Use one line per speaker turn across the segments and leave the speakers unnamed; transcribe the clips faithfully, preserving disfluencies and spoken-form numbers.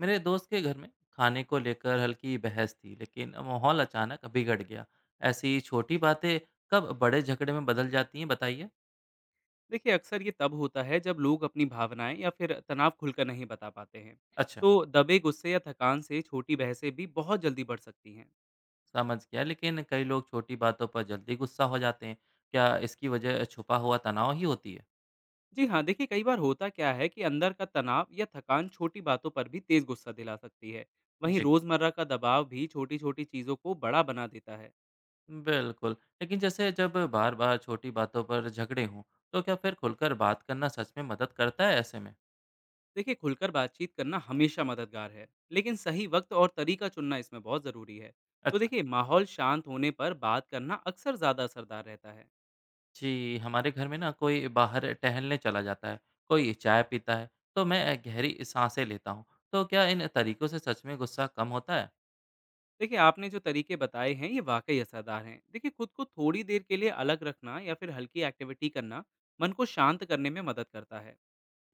मेरे दोस्त के घर में खाने को लेकर हल्की बहस थी, लेकिन माहौल अचानक बिगड़ गया। ऐसी छोटी बातें कब बड़े झगड़े में बदल जाती हैं, बताइए।
देखिए अक्सर ये तब होता है जब लोग अपनी भावनाएं या फिर तनाव खुलकर नहीं बता पाते हैं।
अच्छा,
तो दबे गुस्से या थकान से छोटी बहसें भी बहुत जल्दी बढ़ सकती हैं।
समझ गया, लेकिन कई लोग छोटी बातों पर जल्दी गुस्सा हो जाते हैं। क्या इसकी वजह छुपा हुआ तनाव ही होती है।
जी हाँ, देखिए कई बार होता क्या है कि अंदर का तनाव या थकान छोटी बातों पर भी तेज गुस्सा दिला सकती है। वहीं
जी,
रोजमर्रा का दबाव भी छोटी छोटी चीजों को बड़ा बना देता है।
बिल्कुल। लेकिन जैसे जब बार बार छोटी बातों पर झगड़े हों, तो क्या फिर खुलकर बात करना सच में मदद करता है ऐसे में।
देखिए खुलकर बातचीत करना हमेशा मददगार है, लेकिन सही वक्त और तरीका चुनना इसमें बहुत जरूरी है। तो
अच्छा।
देखिए माहौल शांत होने पर बात करना अक्सर ज्यादा असरदार रहता है।
जी, हमारे घर में ना कोई बाहर टहलने चला जाता है, कोई चाय पीता है, तो मैं गहरी साँसें लेता हूँ। तो क्या इन तरीकों से सच में गुस्सा कम होता है?
देखिए आपने जो तरीके बताए हैं ये वाकई असरदार हैं। देखिए खुद को थोड़ी देर के लिए अलग रखना या फिर हल्की एक्टिविटी करना मन को शांत करने में मदद करता है।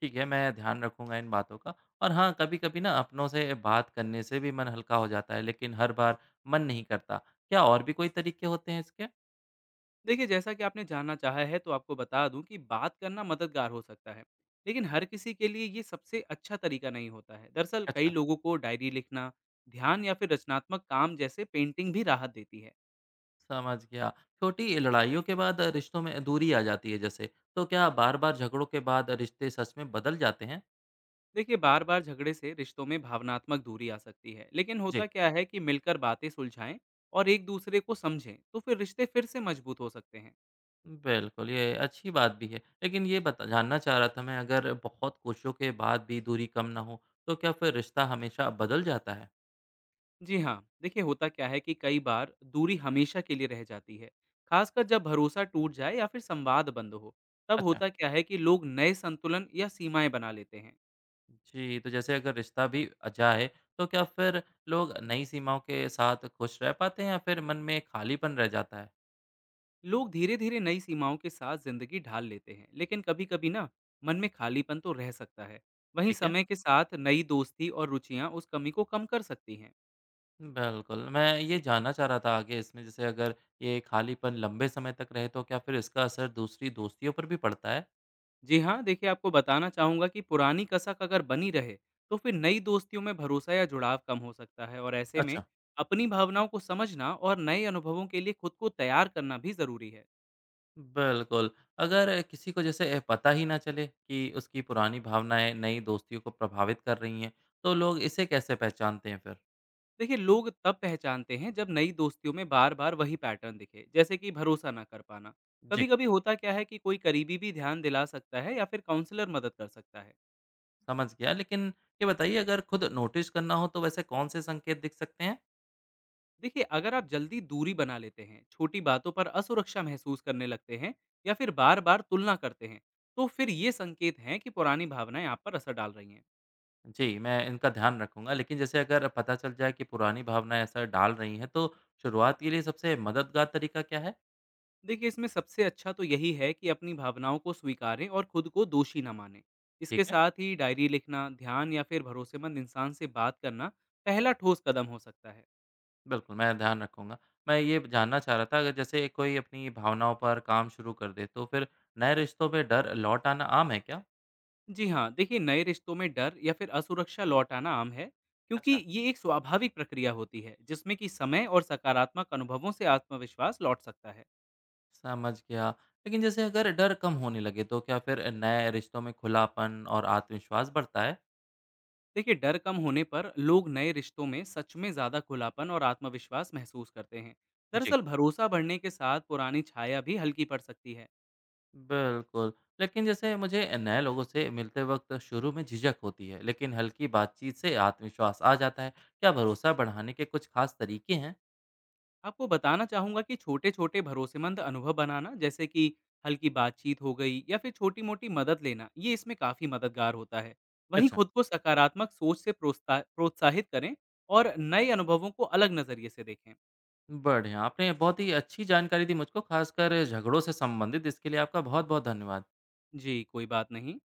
ठीक है, मैं ध्यान रखूँगा इन बातों का। और हाँ, कभी-कभी ना अपनों से बात करने से भी मन हल्का हो जाता है, लेकिन हर बार मन नहीं करता। क्या और भी कोई तरीके होते हैं इसके?
देखिए जैसा कि आपने जानना चाहा है तो आपको बता दूं कि बात करना मददगार हो सकता है, लेकिन हर किसी के लिए ये सबसे अच्छा तरीका नहीं होता है। दरअसल कई
अच्छा,
लोगों को डायरी लिखना, ध्यान या फिर रचनात्मक काम जैसे पेंटिंग भी राहत देती है।
समझ गया। छोटी लड़ाइयों के बाद रिश्तों में दूरी आ जाती है जैसे, तो क्या बार-बार झगड़ों के बाद रिश्ते सच में बदल जाते हैं?
देखिए बार बार झगड़े से रिश्तों में भावनात्मक दूरी आ सकती है, लेकिन
जी।
होता क्या है कि मिलकर बातें सुलझाएं और एक दूसरे को समझें तो फिर रिश्ते फिर से मजबूत हो सकते हैं।
बिल्कुल, ये अच्छी बात भी है। लेकिन ये बता जानना चाह रहा था मैं, अगर बहुत कोशिशों के बाद भी दूरी कम ना हो, तो क्या फिर रिश्ता हमेशा बदल जाता है?
जी हाँ, देखिए होता क्या है कि कई बार दूरी हमेशा के लिए रह जाती है, खासकर जब भरोसा टूट जाए या फिर संवाद बंद हो। तब
अच्छा।
होता क्या है कि लोग नए संतुलन या सीमाएं बना लेते हैं।
जी, तो जैसे अगर रिश्ता भी अ, जाए, तो क्या फिर लोग नई सीमाओं के साथ खुश रह पाते हैं या फिर मन में खालीपन रह जाता है?
लोग धीरे धीरे नई सीमाओं के साथ जिंदगी ढाल लेते हैं, लेकिन कभी कभी ना मन में खालीपन तो रह सकता है। वहीं
ठीक है।
समय के साथ नई दोस्ती और रुचियां उस कमी को कम कर सकती हैं।
बिल्कुल, मैं ये जानना चाह रहा था आगे इसमें, जैसे अगर ये खालीपन लंबे समय तक रहे, तो क्या फिर इसका असर दूसरी दोस्तियों पर भी पड़ता है?
जी हाँ, देखिए आपको बताना चाहूंगा कि पुरानी कसक अगर बनी रहे तो फिर नई दोस्तियों में भरोसा या जुड़ाव कम हो सकता है। और ऐसे में
अच्छा।
अपनी भावनाओं को समझना और नए अनुभवों के लिए खुद को तैयार करना भी जरूरी है।
बिल्कुल। अगर किसी को जैसे पता ही ना चले कि उसकी पुरानी भावनाएँ नई दोस्तियों को प्रभावित कर रही हैं, तो लोग इसे कैसे पहचानते हैं फिर?
देखिए लोग तब पहचानते हैं जब नई दोस्तियों में बार बार वही पैटर्न दिखे, जैसे कि भरोसा ना कर पाना।
जी।
कभी कभी होता क्या है कि कोई करीबी भी ध्यान दिला सकता है या फिर काउंसलर मदद कर सकता है।
समझ गया, लेकिन ये बताइए अगर खुद नोटिस करना हो तो वैसे कौन-से संकेत दिख सकते हैं?
देखिए अगर आप जल्दी दूरी बना लेते हैं, छोटी बातों पर असुरक्षा महसूस करने लगते हैं, या फिर बार बार तुलना करते हैं, तो फिर ये संकेत हैं कि पुरानी भावनाएं आप पर असर डाल रही हैं।
जी, मैं इनका ध्यान रखूँगा, लेकिन जैसे अगर पता चल जाए कि पुरानी भावनाएँ असर डाल रही हैं, तो शुरुआत के लिए सबसे मददगार तरीका क्या है?
देखिए इसमें सबसे अच्छा तो यही है कि अपनी भावनाओं को स्वीकारें और खुद को दोषी न माने। इसके
ठीक है।
साथ ही डायरी लिखना, ध्यान या फिर भरोसेमंद इंसान से बात करना पहला ठोस कदम हो सकता है।
बिल्कुल, मैं ध्यान रखूँगा। मैं ये जानना चाह रहा था, अगर जैसे कोई अपनी भावनाओं पर काम शुरू कर दे तो फिर नए रिश्तों पे डर लौट आना आम है क्या?
जी हाँ, देखिए नए रिश्तों में डर या फिर असुरक्षा लौट आना आम है, क्योंकि
अच्छा।
ये एक स्वाभाविक प्रक्रिया होती है जिसमें कि समय और सकारात्मक अनुभवों से आत्मविश्वास लौट सकता है।
समझ गया। लेकिन जैसे अगर डर कम होने लगे तो क्या फिर नए रिश्तों में खुलापन और आत्मविश्वास बढ़ता है?
देखिए डर कम होने पर लोग नए रिश्तों में सच में ज़्यादा खुलापन और आत्मविश्वास महसूस करते हैं।
जी।
दरअसल भरोसा बढ़ने के साथ पुरानी छाया भी हल्की पड़ सकती है।
बिल्कुल। लेकिन जैसे मुझे नए लोगों से मिलते वक़्त शुरू में झिझक होती है, लेकिन हल्की बातचीत से आत्मविश्वास आ जाता है। क्या भरोसा बढ़ाने के कुछ खास तरीके हैं?
आपको बताना चाहूँगा कि छोटे-छोटे भरोसेमंद अनुभव बनाना, जैसे कि हल्की बातचीत हो गई या फिर छोटी-मोटी मदद लेना, ये इसमें काफ़ी मददगार होता है। वहीं खुद को सकारात्मक सोच से प्रोत्सा प्रोत्साहित करें और नए अनुभवों को अलग नज़रिए से देखें।
बढ़िया, आपने बहुत ही अच्छी जानकारी दी मुझको, खासकर झगड़ों से संबंधित। इसके लिए आपका बहुत-बहुत धन्यवाद।
जी, कोई बात नहीं।